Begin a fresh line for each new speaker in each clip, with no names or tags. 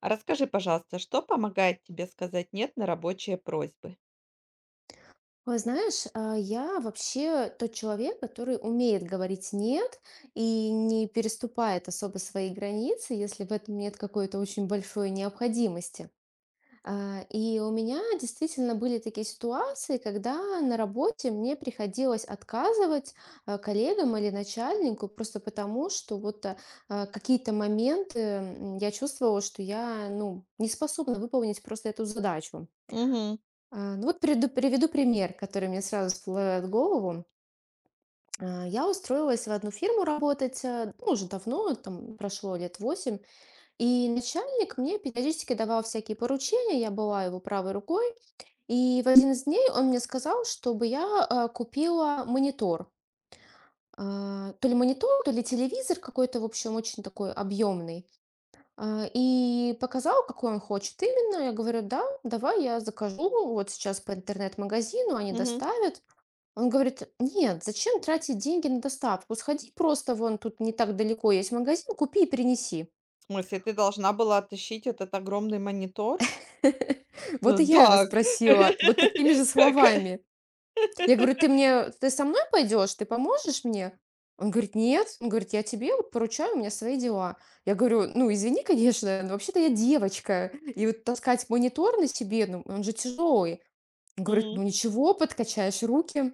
А расскажи, пожалуйста, что помогает тебе сказать "нет" на рабочие просьбы?
Ой, знаешь, я вообще тот человек, который умеет говорить «нет» и не переступает особо свои границы, если в этом нет какой-то очень большой необходимости. И у меня действительно были такие ситуации, когда на работе мне приходилось отказывать коллегам или начальнику просто потому, что вот какие-то моменты, я чувствовала, что я, ну, не способна выполнить просто эту задачу.
Мгм.
Ну вот приду приведу пример, который мне сразу всплывает в голову. Я устроилась в одну фирму работать, ну, уже давно, там прошло лет 8, и начальник мне периодически давал всякие поручения, я была его правой рукой, и в один из дней он мне сказал, чтобы я, купила монитор. То ли монитор, то ли телевизор какой-то, в общем, очень такой объемный. И показал, какой он хочет именно. Я говорю: "Да, давай я закажу вот сейчас по интернет-магазину, они
Мгм.
доставят". Он говорит: "Нет, зачем тратить деньги на доставку? Сходи просто вон тут не так далеко есть магазин, купи и принеси".
В смысле, ты должна была оттащить этот огромный монитор?
Вот и я его
Да, ка
спросила вот такими же словами. Я говорю: "Ты мне ты со мной пойдешь? Ты поможешь мне?" Он говорит: "Нет". Он говорит: "Я тебе вот поручаю, у меня свои дела". Я говорю: "Ну, извини, конечно, но вообще-то я девочка". И вот таскать монитор на себе, ну, он же тяжелый. Он говорит:
Мгм.
"Ну ничего, подкачаешь руки".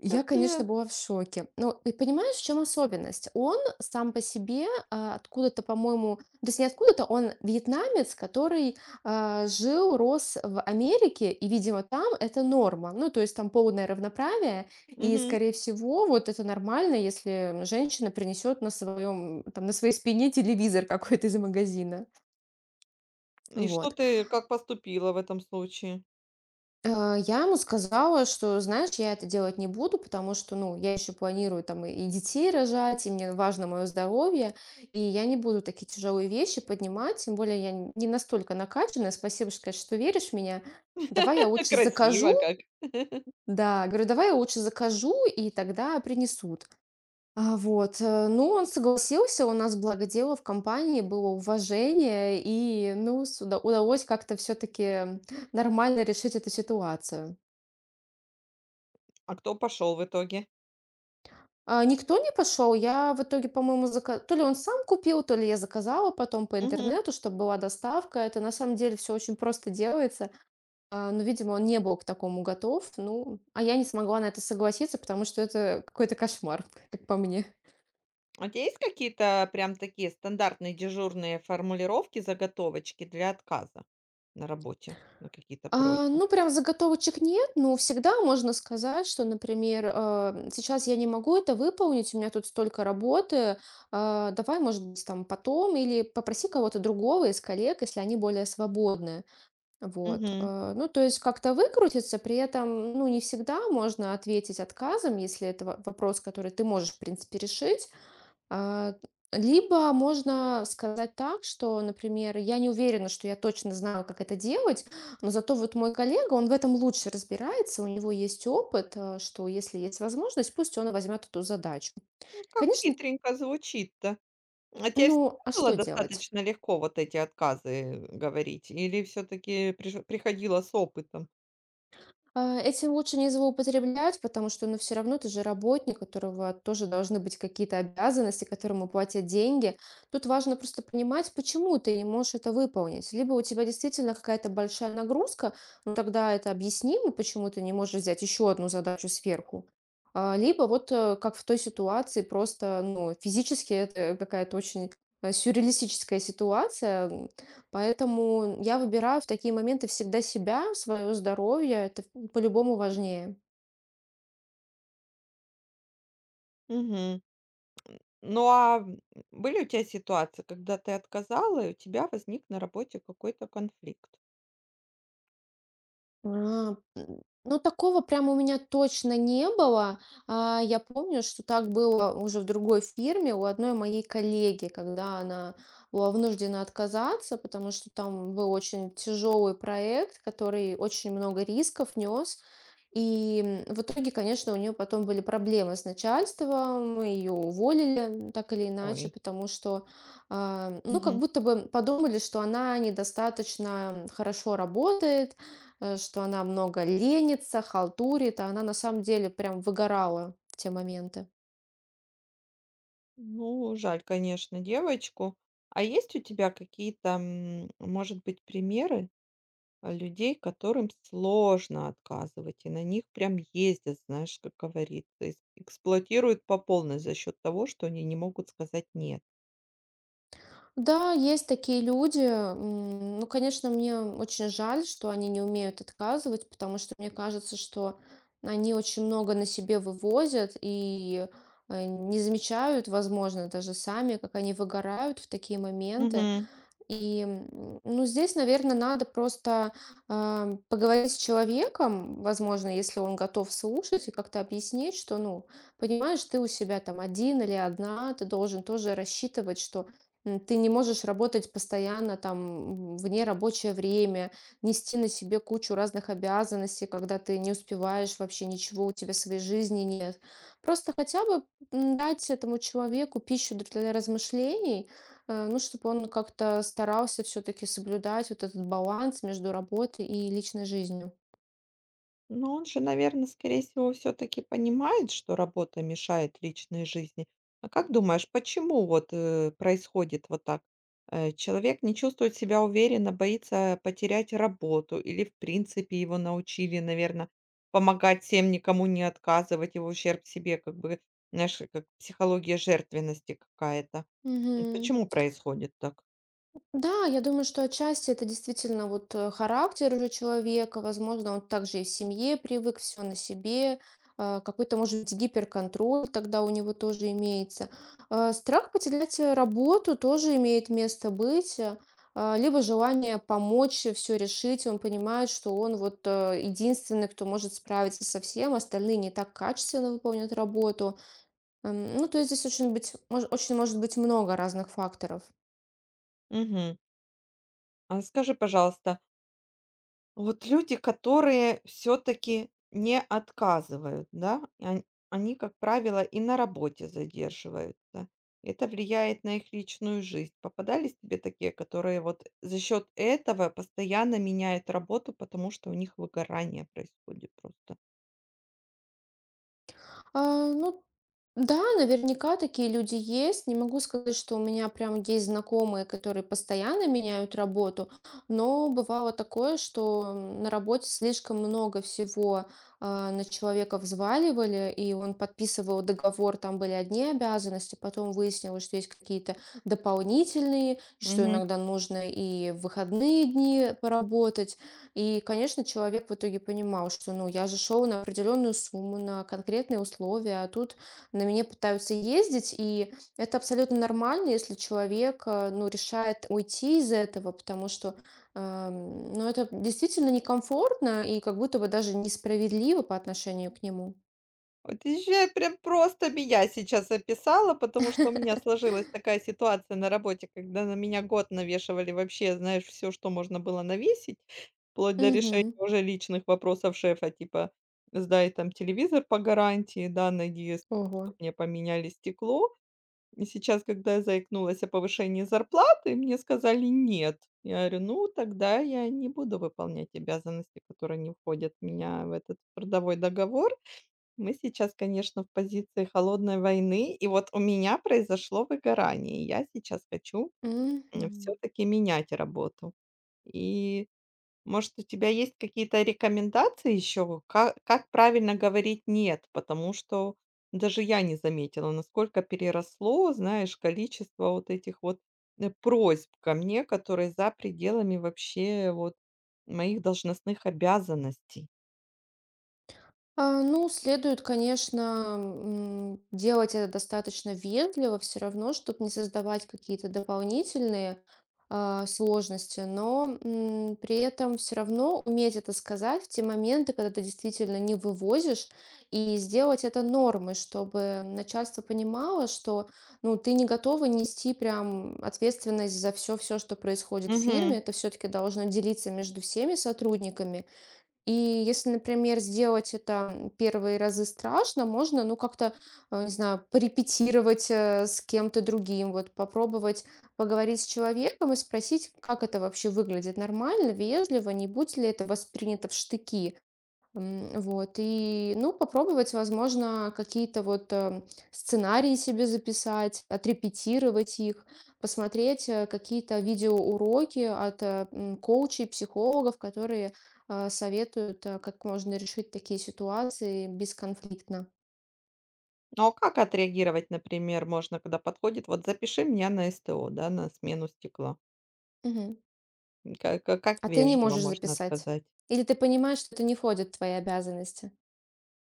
Я, конечно,
Капец.
была в шоке. Но и понимаешь, в чем особенность? Он сам по себе откуда-то, по-моему, то есть не откуда-то, он вьетнамец, который жил, рос в Америке, и, видимо, там это норма. Ну, то есть там полное равноправие, и,
Мгм.
скорее всего, вот это нормально, если женщина принесет на своем, там, на своей спине телевизор какой-то из магазина.
И что
Вот.
ты как поступила в этом случае?
Э, я ему сказала, что, знаешь, я это делать не буду, потому что, ну, я еще планирую там и детей рожать, и мне важно мое здоровье, и я не буду такие тяжелые вещи поднимать, тем более я не настолько накачанная. Спасибо, что, конечно, что веришь в меня. Давай я лучше закажу,
Красиво как.
да, говорю, давай я лучше закажу, и тогда принесут. Вот, ну, он согласился, у нас, благо дело, в компании было уважение, и, ну, с удалось как-то все-таки нормально решить эту ситуацию.
А кто пошел в итоге?
Никто не пошел. Я в итоге, по-моему, зака то ли он сам купил, то ли я заказала потом по
Мгм.
интернету, чтобы была доставка. Это на самом деле все очень просто делается. Но, видимо, он не был к такому готов. Ну, а я не смогла на это согласиться, потому что это какой-то кошмар, как по мне.
А у тебя есть какие-то прям такие стандартные дежурные формулировки, заготовочки для отказа на работе, на какие-то просьбы?
Ну, прям заготовочек нет, но всегда можно сказать, что, например, э, сейчас я не могу это выполнить, у меня тут столько работы, давай, может быть, там потом, или попроси кого-то другого из коллег, если они более свободны. Вот.
Мгм.
Ну, то есть как-то выкрутиться, при этом, ну, не всегда можно ответить отказом, если это вопрос, который ты можешь, в принципе, решить. А, Либо можно сказать так, что, например, я не уверена, что я точно знаю, как это делать, но зато вот мой коллега, он в этом лучше разбирается, у него есть опыт, что если есть возможность, пусть он возьмет эту задачу.
Ну, как
Конечно,
хитренько звучит-то. А тебе
ну,
всегда
а
было
что делать?
достаточно легко вот эти отказы говорить или все таки приш приходило с опытом?
Этим лучше не злоупотреблять, потому что, ну, все равно ты же работник, у которого тоже должны быть какие-то обязанности, которому платят деньги. Тут важно просто понимать, почему ты не можешь это выполнить. Либо у тебя действительно какая-то большая нагрузка, ну, тогда это объяснимо, почему ты не можешь взять еще одну задачу сверху. Либо вот, как в той ситуации, просто, ну, физически это какая-то очень сюрреалистическая ситуация. Поэтому я выбираю в такие моменты всегда себя, свое здоровье. Это по-любому важнее.
Мгм. Ну, были у тебя ситуации, когда ты отказала и у тебя возник на работе какой-то конфликт?
Ну, такого прям у меня точно не было. Я помню, что так было уже в другой фирме у одной моей коллеги, когда она была вынуждена отказаться, потому что там был очень тяжелый проект, который очень много рисков нес. И, в итоге, конечно, у нее потом были проблемы с начальством, мы ее уволили так или иначе,
Ой.
потому что, ну, как
Мгм.
будто бы подумали, что она недостаточно хорошо работает, что она много ленится, халтурит, а она на самом деле прям выгорала в те моменты.
Ну, жаль, конечно, девочку. А есть у тебя какие-то, может быть, примеры? А людей, которым сложно отказывать, и на них прям ездят, знаешь, как говорится, эс эксплуатируют по полной за счет того, что они не могут сказать "нет".
Да, есть такие люди. Ну, конечно, мне очень жаль, что они не умеют отказывать, потому что мне кажется, что они очень много на себе вывозят и не замечают, возможно, даже сами, как они выгорают в такие моменты.
Мгм.
И, ну, здесь, наверное, надо просто поговорить с человеком, возможно, если он готов слушать, и как-то объяснить, что, ну, понимаешь, ты у себя там один или одна, ты должен тоже рассчитывать, что ты не можешь работать постоянно там вне рабочее время, нести на себе кучу разных обязанностей, когда ты не успеваешь вообще ничего, у тебя своей жизни нет. Просто хотя бы дать этому человеку пищу для размышлений, ну, чтобы он как-то старался все-таки соблюдать вот этот баланс между работой и личной жизнью.
Но он же, наверное, скорее всего, все таки понимает, что работа мешает личной жизни. А как думаешь, почему вот происходит вот так? Человек не чувствует себя уверенно, боится потерять работу или, в принципе, его научили, наверное, помогать всем, никому не отказывать, его в ущерб себе, как бы, знаешь, как психология жертвенности какая-то.
Мгм.
Почему происходит так?
Да, я думаю, что отчасти это действительно вот характер уже человека. Возможно, он также и в семье привык все на себе. Какой-то, может быть, гиперконтроль тогда у него тоже имеется. Страх потерять работу тоже имеет место быть. Либо желание помочь все решить. Он понимает, что он вот единственный, кто может справиться со всем. Остальные не так качественно выполнят работу. Ну, то есть здесь очень может быть много разных факторов.
Мгм. А скажи, пожалуйста, вот люди, которые все-таки не отказывают, да, они, как правило, и на работе задерживаются. Это влияет на их личную жизнь. Попадались тебе такие, которые вот за счет этого постоянно меняют работу, потому что у них выгорание происходит просто?
Ну да, наверняка такие люди есть. Не могу сказать, что у меня прям есть знакомые, которые постоянно меняют работу, но бывало такое, что на работе слишком много всего на человека взваливали, и он подписывал договор, там были одни обязанности, потом выяснилось, что есть какие-то дополнительные, и что иногда нужно и в выходные дни поработать. И, конечно, человек в итоге понимал, что, ну, я же шел на определенную сумму, на конкретные условия, а тут на меня пытаются ездить, и это абсолютно нормально, если человек, ну, решает уйти из этого, потому что, ну, это действительно некомфортно и как будто бы даже несправедливо по отношению к нему.
Вот езжай, прям просто меня сейчас описала, потому что у меня сложилась такая ситуация на работе, когда на меня год навешивали вообще, знаешь, все, что можно было навесить, вплоть до решения
Мгм.
уже личных вопросов шефа, типа: "Сдай там телевизор по гарантии, да, найди,
Ого.
чтоб мне поменяли стекло". И сейчас, когда я заикнулась о повышении зарплаты, мне сказали: "Нет". Я говорю: "Ну, тогда я не буду выполнять обязанности, которые не входят у меня в этот трудовой договор". Мы сейчас, конечно, в позиции холодной войны, и вот у меня произошло выгорание. И я сейчас хочу все
Мгм.
таки менять работу. И, может, у тебя есть какие-то рекомендации еще, ка как правильно говорить "нет"? Потому что даже я не заметила, насколько переросло, знаешь, количество вот этих вот просьб ко мне, которые за пределами вообще вот моих должностных обязанностей.
Ну, следует, конечно, делать это достаточно вежливо, все равно, чтобы не создавать какие-то дополнительные сложности, но при этом все равно уметь это сказать в те моменты, когда ты действительно не вывозишь, и сделать это нормой, чтобы начальство понимало, что ну, ты не готова нести прям ответственность за все-все, что происходит в фирме, это все-таки должно делиться между всеми сотрудниками. И если, например, сделать это, первые разы страшно, можно, ну, как-то, не знаю, порепетировать, с кем-то другим, вот попробовать поговорить с человеком и спросить, как это вообще выглядит, нормально, вежливо, не будет ли это воспринято в штыки. Вот, и, ну, попробовать, возможно, какие-то вот сценарии себе записать, отрепетировать их, посмотреть какие-то видеоуроки от коучей, психологов, которые советуют, как можно решить такие ситуации бесконфликтно.
Ну, а как отреагировать, например, можно, когда подходит: "Вот запиши меня на СТО, да, на смену стекла".
Мгм.
Ка ка Как
А ты не
вежливо
можешь
можно
записать?
отказать?
Или ты понимаешь, что это не входит в твои обязанности?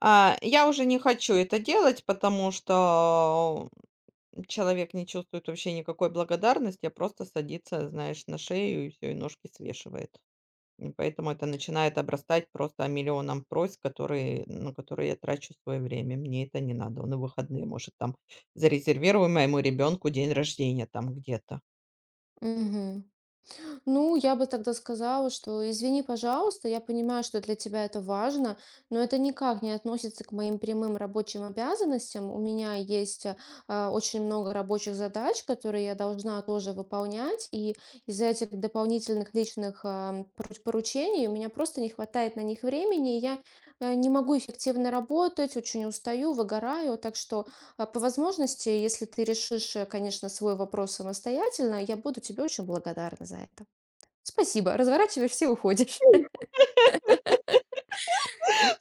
А я уже не хочу это делать, потому что человек не чувствует вообще никакой благодарности, а просто садится, знаешь, на шею и все и ножки свешивает. И поэтому это начинает обрастать просто миллионом просьб, которые я трачу свое время. Мне это не надо. На выходные, может, там зарезервируем моему ребенку день рождения там где-то.
Мгм. Ну, я бы тогда сказала, что извини, пожалуйста, я понимаю, что для тебя это важно, но это никак не относится к моим прямым рабочим обязанностям. У меня есть очень много рабочих задач, которые я должна тоже выполнять, и из-за этих дополнительных личных поручений у меня просто не хватает на них времени, и я не могу эффективно работать, очень устаю, выгораю, так что по возможности, если ты решишь, конечно, свой вопрос самостоятельно, я буду тебе очень благодарна за это. Спасибо, разворачиваешься и уходишь.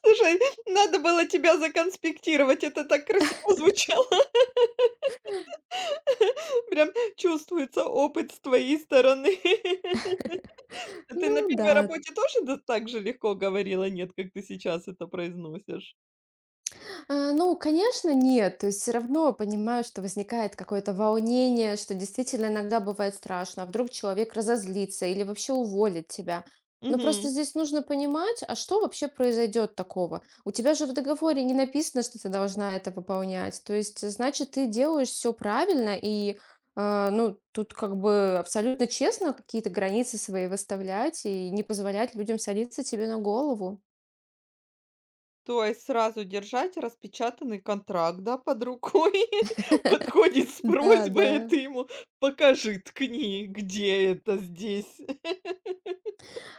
Слушай, надо было тебя законспектировать, это так красиво звучало. Прям чувствуется опыт с твоей стороны. А ты
Ну
на первой
да.
работе тоже да так же легко говорила "нет", как ты сейчас это произносишь?
Ну, конечно, нет. То есть все равно понимаю, что возникает какое-то волнение, что действительно иногда бывает страшно. А вдруг человек разозлится или вообще уволит тебя. Но просто
Мгм.
здесь нужно понимать, а что вообще произойдет такого? У тебя же в договоре не написано, что ты должна это выполнять. То есть, значит, ты делаешь все правильно и ну, тут как бы абсолютно честно какие-то границы свои выставлять и не позволять людям садиться тебе на голову.
То есть сразу держать распечатанный контракт, да, под рукой. Подходит с
Да,
просьбой, и
да.
ты ему: "Покажи, ткни, где это здесь".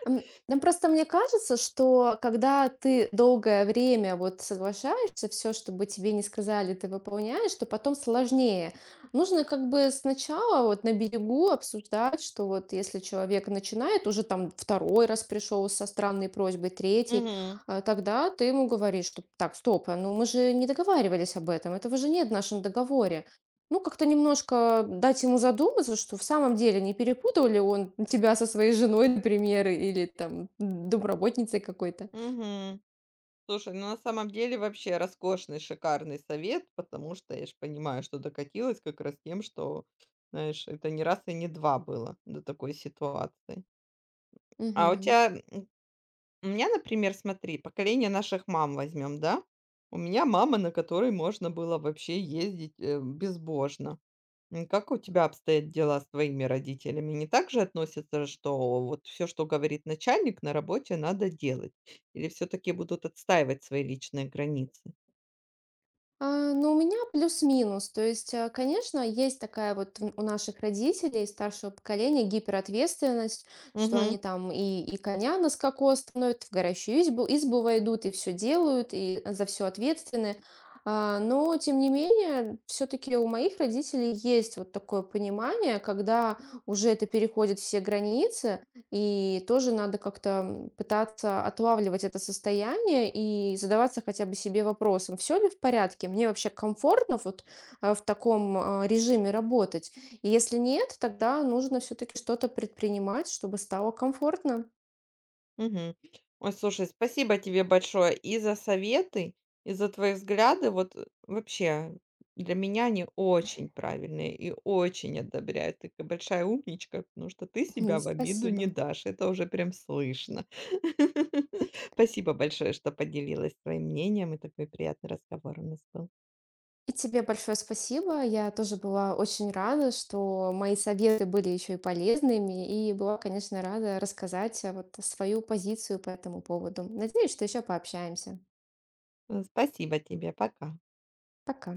М, ну, просто мне кажется, что когда ты долгое время вот соглашаешься, все, что бы тебе не сказали, ты выполняешь, то потом сложнее. Нужно как бы сначала вот на берегу обсуждать, что вот если человек начинает, уже там второй раз пришел со странной просьбой, третий,
Мгм.
тогда ты ему говоришь, что: "Так, стоп, а, ну мы же не договаривались об этом, этого же нет в нашем договоре". Ну, как-то немножко дать ему задуматься, что в самом деле не перепутал ли он тебя со своей женой, например, или там домработницей какой-то.
Мгм. Слушай, ну на самом деле вообще роскошный, шикарный совет, потому что я же понимаю, что докатилась как раз тем, что, знаешь, это не раз и не два было до такой ситуации. А у
Мгм.
тебя у меня, например, смотри, поколение наших мам возьмем, да? У меня мама, на которой можно было вообще ездить безбожно. Как у тебя обстоят дела с твоими родителями? Не так же относятся, что вот все, что говорит начальник на работе, надо делать? Или все-таки будут отстаивать свои личные границы?
Ну, у меня плюс-минус. То есть, конечно, есть такая вот у наших родителей старшего поколения гиперответственность, что они там и коня на скаку остановят, в горящую избу войдут, и все делают, и за все ответственны. Но, тем не менее, все-таки у моих родителей есть вот такое понимание, когда уже это переходит все границы, и тоже надо как-то пытаться отлавливать это состояние и задаваться хотя бы себе вопросом, все ли в порядке, мне вообще комфортно вот в таком режиме работать. И если нет, тогда нужно все-таки что-то предпринимать, чтобы стало комфортно.
Мгм. Ой, слушай, спасибо тебе большое и за советы, и за твои взгляды. Вот вообще, для меня они очень правильные и очень одобряют. Ты такая большая умничка, потому что ты себя в обиду не
Спасибо.
дашь. Это уже прям слышно. Спасибо большое, что поделилась своим мнением, и такой приятный разговор у нас был.
И тебе большое спасибо. Я тоже была очень рада, что мои советы были еще и полезными, и была, конечно, рада рассказать вот свою позицию по этому поводу. Надеюсь, что еще пообщаемся.
Спасибо тебе. Пока.
Пока.